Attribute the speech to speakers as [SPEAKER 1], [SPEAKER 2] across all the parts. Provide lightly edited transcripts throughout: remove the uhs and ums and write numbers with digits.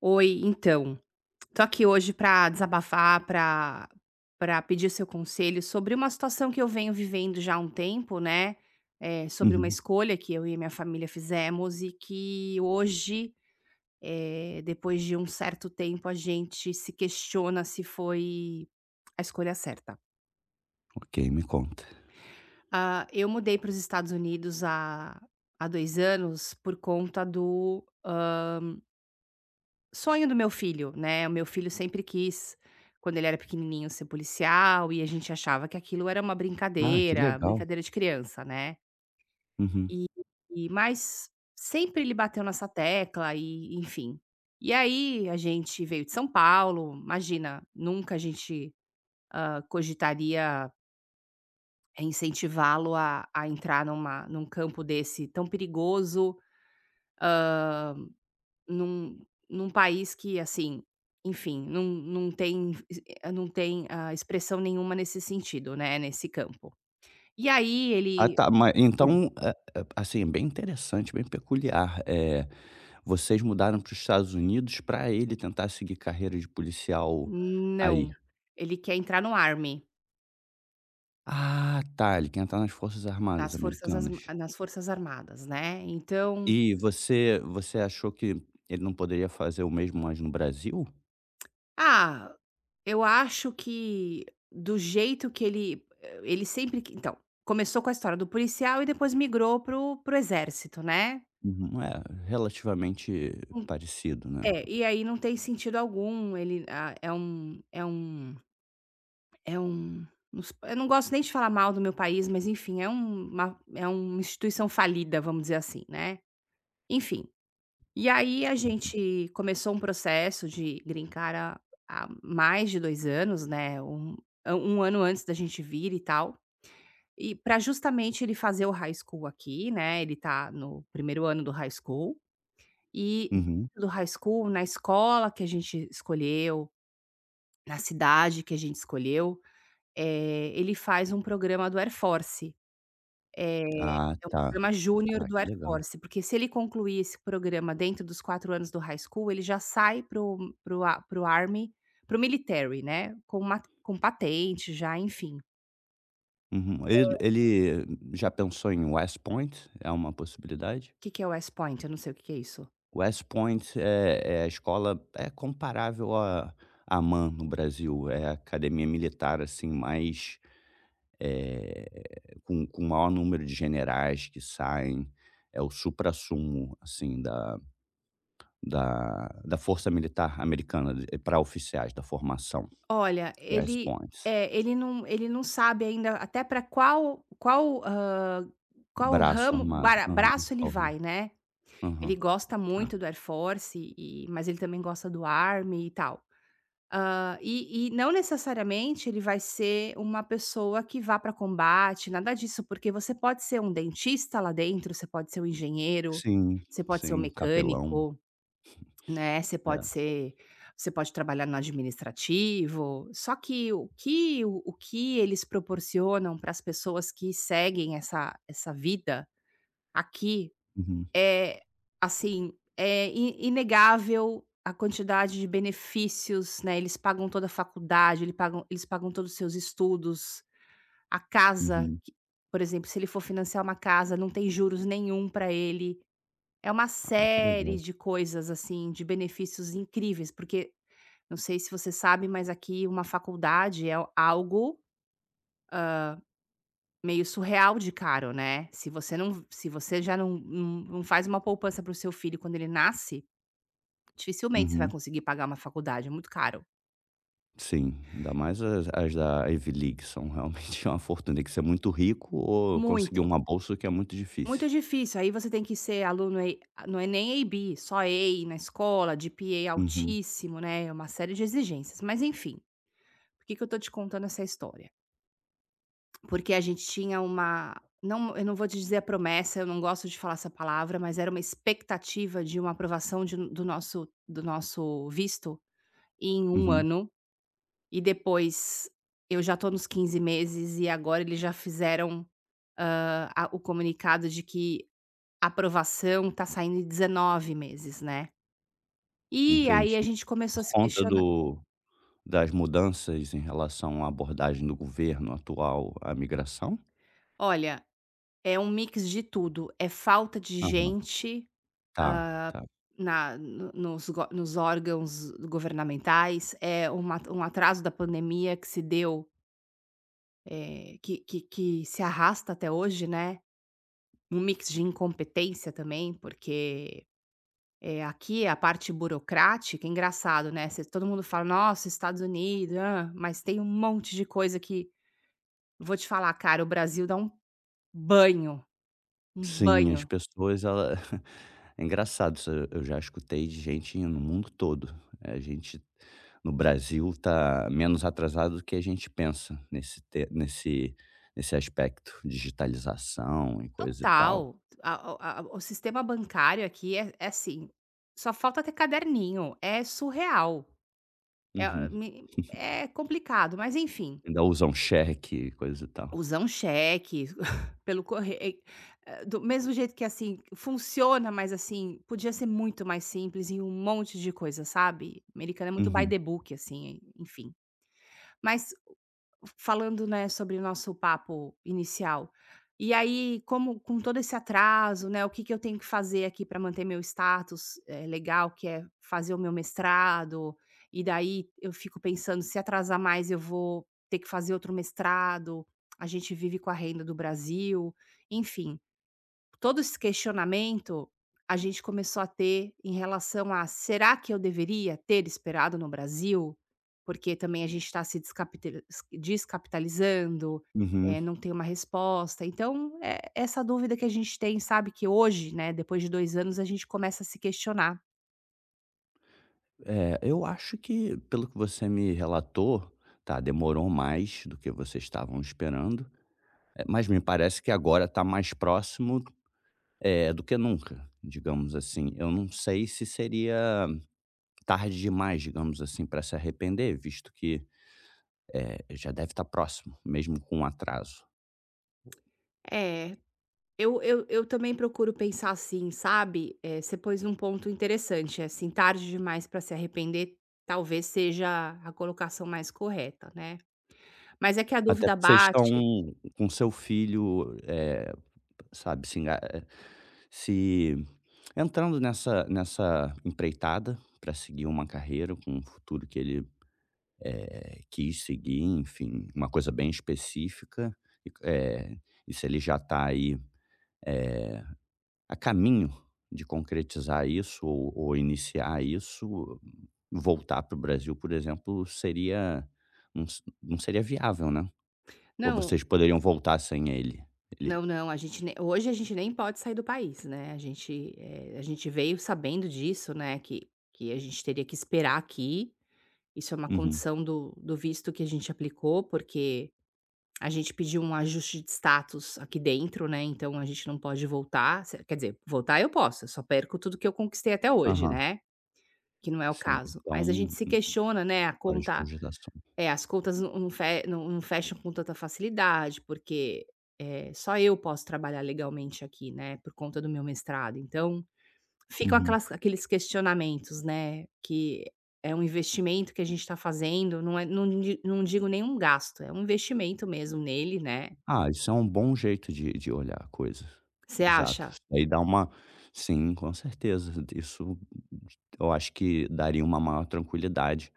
[SPEAKER 1] Oi, então, tô aqui hoje pra desabafar, pra para pedir seu conselho sobre uma situação que eu venho vivendo já há um tempo, né, sobre uma
[SPEAKER 2] Uhum.
[SPEAKER 1] escolha que eu e minha família fizemos e que hoje, depois de um certo tempo, a gente se questiona se foi a escolha certa.
[SPEAKER 2] Ok, me conta.
[SPEAKER 1] Ah, eu mudei para os Estados Unidos há 2 anos por conta do, sonho do meu filho, né, o meu filho sempre quis, quando ele era pequenininho, ser policial e a gente achava que aquilo era uma
[SPEAKER 2] Ah, que
[SPEAKER 1] brincadeira,
[SPEAKER 2] legal.
[SPEAKER 1] brincadeira de criança, né.
[SPEAKER 2] Uhum.
[SPEAKER 1] E mas sempre ele bateu nessa tecla e enfim. E aí a gente veio de São Paulo, imagina, nunca a gente, cogitaria incentivá-lo a entrar num campo desse tão perigoso Num num país que, assim, enfim, não tem expressão nenhuma nesse sentido, né, nesse campo. E aí
[SPEAKER 2] Ah,
[SPEAKER 1] ele
[SPEAKER 2] tá, mas
[SPEAKER 1] Hum.
[SPEAKER 2] então, assim, é bem interessante, bem peculiar, vocês mudaram para os Estados Unidos para ele tentar seguir carreira de policial aí?
[SPEAKER 1] Não, ele quer entrar no Army,
[SPEAKER 2] Ah, tá, ele quer entrar nas Forças Armadas
[SPEAKER 1] nas forças as
[SPEAKER 2] Americanas.
[SPEAKER 1] nas forças armadas, né. Então,
[SPEAKER 2] E você achou que ele não poderia fazer o mesmo, mais no Brasil?
[SPEAKER 1] ah, eu acho que do jeito que ele começou com a história do policial e depois migrou pro exército, né.
[SPEAKER 2] Uhum. É, relativamente parecido, né.
[SPEAKER 1] É, e aí não tem sentido algum, ele ah, é um é um é um nos eu não gosto nem de falar mal do meu país, mas enfim, é um uma é uma instituição falida, vamos dizer assim, né. Enfim, e aí a gente começou um processo de green card há mais de 2 anos, né, um ano antes da gente vir e tal, e para justamente ele fazer o high school aqui, né, ele tá no primeiro ano do high school, e
[SPEAKER 2] Uhum.
[SPEAKER 1] na escola que a gente escolheu, na cidade que a gente escolheu, ele faz um programa do Air Force, eh,
[SPEAKER 2] Ah,
[SPEAKER 1] é um
[SPEAKER 2] tá.
[SPEAKER 1] programa júnior
[SPEAKER 2] Ah,
[SPEAKER 1] do
[SPEAKER 2] que
[SPEAKER 1] Air
[SPEAKER 2] legal.
[SPEAKER 1] Force, porque se ele concluir esse programa dentro dos 4 anos do high school, ele já sai para army, para o military, né, com patente já, enfim. O
[SPEAKER 2] Uhum. Ele já pensou em West Point? É uma possibilidade?
[SPEAKER 1] Que que é West Point? Eu não sei o que que é isso.
[SPEAKER 2] West Point é a escola é comparável à AMAN no Brasil, é a academia militar, assim, mais, eh, com o maior número de generais que saem, é o suprassumo, assim, da força militar americana para oficiais da formação,
[SPEAKER 1] Olha,
[SPEAKER 2] West
[SPEAKER 1] ele
[SPEAKER 2] Point,
[SPEAKER 1] é, ele não ele não sabe ainda até para qual
[SPEAKER 2] braço
[SPEAKER 1] ramo
[SPEAKER 2] armado.
[SPEAKER 1] bara
[SPEAKER 2] Aham,
[SPEAKER 1] braço ele
[SPEAKER 2] aham,
[SPEAKER 1] vai, né.
[SPEAKER 2] aham,
[SPEAKER 1] Ele gosta
[SPEAKER 2] tá.
[SPEAKER 1] muito do Air Force e mas ele também gosta do Army e tal. Hã, e não necessariamente ele vai ser uma pessoa que vá para combate, nada disso, porque você pode ser um dentista lá dentro, você pode ser um engenheiro,
[SPEAKER 2] Sim,
[SPEAKER 1] você pode ser um
[SPEAKER 2] sim, capelão.
[SPEAKER 1] mecânico, né,
[SPEAKER 2] É.
[SPEAKER 1] você pode trabalhar no administrativo, só que o que o que eles proporcionam para as pessoas que seguem essa vida aqui
[SPEAKER 2] Uhum,
[SPEAKER 1] é, assim, é i inegável a quantidade de benefícios, né, eles pagam toda a faculdade, eles pagam todos os seus estudos, a casa
[SPEAKER 2] uhum.
[SPEAKER 1] que por exemplo, se ele for financiar uma casa, não tem juros nenhum para ele. É uma
[SPEAKER 2] Ah, que
[SPEAKER 1] série
[SPEAKER 2] legal.
[SPEAKER 1] de coisas, assim, de benefícios incríveis, porque não sei se você sabe, mas aqui uma faculdade é algo meio surreal de caro, né. Se você já não faz uma poupança para o seu filho quando ele nasce, dificilmente você vai
[SPEAKER 2] Uhum.
[SPEAKER 1] conseguir pagar uma faculdade, é muito caro.
[SPEAKER 2] Sim, ainda mais as da Ivy League são realmente uma fortuna, tem que ser muito rico ou conseguir
[SPEAKER 1] Muito,
[SPEAKER 2] uma bolsa o que é muito difícil.
[SPEAKER 1] muito difícil, aí você tem que ser aluno EI, não é nem A B, só EI na escola, G P GPA
[SPEAKER 2] Uhum,
[SPEAKER 1] altíssimo, né, é uma série de exigências, mas enfim, por que que eu tô te contando essa história? Porque a gente tinha uma não, eu não vou te dizer a promessa, eu não gosto de falar essa palavra, mas era uma expectativa de uma aprovação de do nosso visto em um
[SPEAKER 2] uhum,
[SPEAKER 1] ano, e depois eu já tô nos 15 meses e agora eles já fizeram a o comunicado de que a aprovação está saindo em 19 meses, né. E
[SPEAKER 2] entendi.
[SPEAKER 1] aí a gente
[SPEAKER 2] É, por
[SPEAKER 1] começou a se
[SPEAKER 2] conta
[SPEAKER 1] questionar.
[SPEAKER 2] do das mudanças em relação à abordagem do governo atual à migração?
[SPEAKER 1] Olha, é um mix de tudo, é falta de
[SPEAKER 2] Aham,
[SPEAKER 1] gente
[SPEAKER 2] tá, tá.
[SPEAKER 1] na no nos go nos órgãos governamentais, é uma um atraso da pandemia que se deu, que se arrasta até hoje, né, um mix de incompetência também, porque é, aqui a parte burocrática, é engraçado, né, você todo mundo fala: "Nossa, Estados Unidos, hã", mas tem um monte de coisa que vou te falar, cara, o Brasil dá banho, um
[SPEAKER 2] Sim, as
[SPEAKER 1] banho
[SPEAKER 2] pessoas ela é engraçado isso, eu já escutei de gente no mundo todo. A gente no Brasil tá menos atrasado do que a gente pensa nesse nesse aspecto, digitalização e coisa e tal.
[SPEAKER 1] total. A o sistema bancário aqui é assim, só falta ter caderninho, é surreal, é
[SPEAKER 2] Uhum.
[SPEAKER 1] me é complicado, mas enfim.
[SPEAKER 2] Ainda usam cheque e coisa e tal.
[SPEAKER 1] Usar um cheque pelo corre do mesmo jeito que, assim, funciona, mas, assim, podia ser muito mais simples em um monte de coisa, sabe. Americano é muito by
[SPEAKER 2] Uhum,
[SPEAKER 1] the book, assim, enfim. Mas falando, né, sobre o nosso papo inicial. E aí, como com todo esse atraso, né, o que que eu tenho que fazer aqui para manter meu status, legal, que é fazer o meu mestrado, e daí eu fico pensando, se atrasar mais eu vou ter que fazer outro mestrado, a gente vive com a renda do Brasil, enfim, todo esse questionamento a gente começou a ter em relação a: "Será que eu deveria ter esperado no Brasil?", porque também a gente está se descapitalizando,
[SPEAKER 2] uhum.
[SPEAKER 1] não tem uma resposta. Então, é essa dúvida que a gente tem, sabe, que hoje, né, depois de 2 anos, a gente começa a se questionar.
[SPEAKER 2] É, eu acho que pelo que você me relatou, tá, demorou mais do que vocês estavam esperando, mas me parece que agora está mais próximo, é, do que nunca, digamos assim. Eu não sei se seria tarde demais, digamos assim, para se arrepender, visto que, já deve estar próximo, mesmo com o atraso.
[SPEAKER 1] É, eu também procuro pensar assim, sabe, você pôs um ponto interessante, assim, "tarde demais para se arrepender", talvez seja a colocação mais correta, né. Mas é que a
[SPEAKER 2] Até
[SPEAKER 1] dúvida
[SPEAKER 2] porque vocês estão
[SPEAKER 1] bate.
[SPEAKER 2] com seu filho, sabe, se enga eh, se entrando nessa nessa empreitada para seguir uma carreira com um futuro que ele, quis seguir, enfim, uma coisa bem específica, e e se ele já está aí, eh a caminho de concretizar isso ou iniciar isso, voltar para o Brasil, por exemplo, seria não s não seria viável, né. Ou
[SPEAKER 1] Não,
[SPEAKER 2] vocês poderiam voltar sem ele? Ele
[SPEAKER 1] não, não, a gente nem pode sair do país, né, a gente veio sabendo disso, né, que a gente teria que esperar aqui, isso é uma
[SPEAKER 2] uhum,
[SPEAKER 1] condição do visto que a gente aplicou, porque a gente pediu um ajuste de status aqui dentro, né, então a gente não pode voltar, se quer dizer, voltar eu posso, eu só perco tudo que eu conquistei até hoje,
[SPEAKER 2] aham,
[SPEAKER 1] né, que não é o
[SPEAKER 2] sim.
[SPEAKER 1] caso. Mas a
[SPEAKER 2] Então,
[SPEAKER 1] gente se questiona, né, a
[SPEAKER 2] fora de
[SPEAKER 1] conta
[SPEAKER 2] cogitação.
[SPEAKER 1] é, as contas não não fe não não fecham com tanta facilidade, porque, só eu posso trabalhar legalmente aqui, né, por conta do meu mestrado. Então, ficam
[SPEAKER 2] Uhum.
[SPEAKER 1] aquelas aqueles questionamentos, né, que é um investimento que a gente está fazendo, não digo nenhum gasto, é um investimento mesmo nele, né.
[SPEAKER 2] Ah, isso é um bom jeito de olhar a coisa.
[SPEAKER 1] Você
[SPEAKER 2] Exato.
[SPEAKER 1] acha?
[SPEAKER 2] Isso daí dá uma sim, com certeza. Isso eu acho que daria uma maior tranquilidade.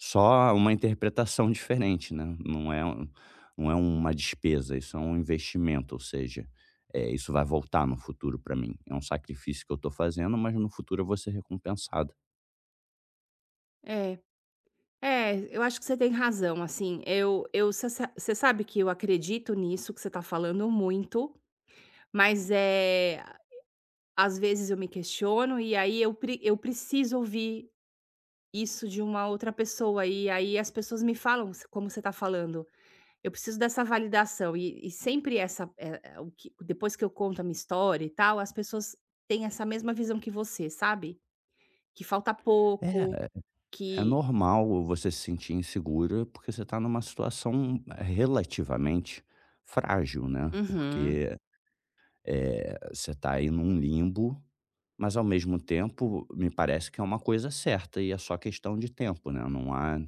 [SPEAKER 2] Só uma interpretação diferente, né, não é um, não é uma despesa, isso é um investimento, ou seja, isso vai voltar no futuro para mim. É um sacrifício que eu estou fazendo, mas no futuro eu vou ser recompensado.
[SPEAKER 1] É, é, eu acho que você tem razão, assim, eu você sabe que eu acredito nisso que você tá falando muito, mas, é. Às vezes eu me questiono e aí eu preciso ouvir isso de uma outra pessoa, e aí as pessoas me falam s como você está falando, eu preciso dessa validação e sempre essa, o que depois que eu conto a minha história e tal, as pessoas têm essa mesma visão que você, sabe? Que falta pouco,
[SPEAKER 2] É, é
[SPEAKER 1] que
[SPEAKER 2] normal você se sentir insegura, porque você está numa situação, relativamente frágil, né,
[SPEAKER 1] Uhum.
[SPEAKER 2] porque, você está aí num limbo, mas ao mesmo tempo me parece que é uma coisa certa e é só questão de tempo, né, não há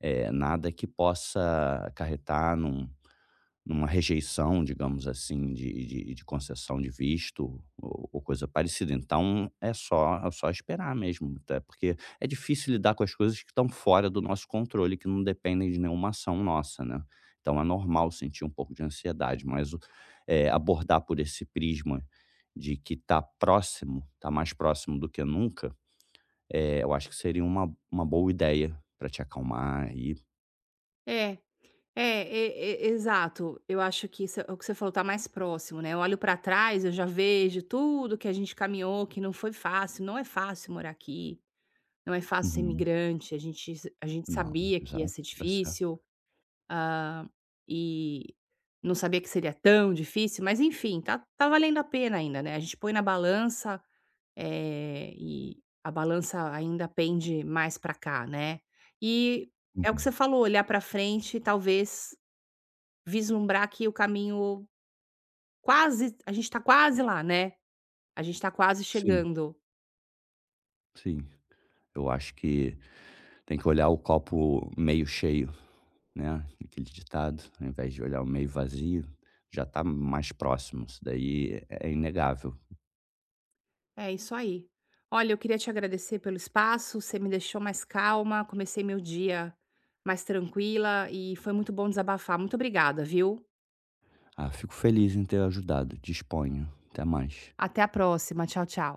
[SPEAKER 2] nada que possa acarretar num, numa rejeição, digamos assim, de concessão de visto ou coisa parecida. Então é só, é só esperar mesmo, até porque é difícil lidar com as coisas que estão fora do nosso controle, que não dependem de nenhuma ação nossa, né. Então é normal sentir um pouco de ansiedade, mas o, abordar por esse prisma de que está próximo, está mais próximo do que nunca, eu acho que seria uma boa ideia para te acalmar aí.
[SPEAKER 1] É, é, e exato. Eu acho que isso é o que você falou, tá mais próximo, né, eu olho pra trás, eu já vejo tudo que a gente caminhou, que não foi fácil, não é fácil morar aqui, não é fácil ser
[SPEAKER 2] Uhum.
[SPEAKER 1] migrante. A gente
[SPEAKER 2] Não,
[SPEAKER 1] sabia que ia
[SPEAKER 2] exato,
[SPEAKER 1] ser
[SPEAKER 2] tá certo.
[SPEAKER 1] difícil, ah, e não sabia que seria tão difícil, mas enfim, tá valendo a pena ainda, né, a gente põe na balança, e a balança ainda pende mais pra cá, né. E é o que
[SPEAKER 2] Uhum.
[SPEAKER 1] você falou, olhar pra frente e talvez vislumbrar que o caminho quase a gente tá quase lá, né, a gente tá quase
[SPEAKER 2] Sim,
[SPEAKER 1] chegando.
[SPEAKER 2] sim. Eu acho que tem que olhar o copo meio cheio, né, aquele ditado, ao invés de olhar o meio vazio, já está mais próximo, isso daí é é inegável.
[SPEAKER 1] É isso aí. Olha, eu queria te agradecer pelo espaço, você me deixou mais calma, comecei meu dia mais tranquila e foi muito bom desabafar. Muito obrigada, viu?
[SPEAKER 2] Ah, fico feliz em ter ajudado, disponho. Até mais.
[SPEAKER 1] Até a próxima. Tchau, tchau.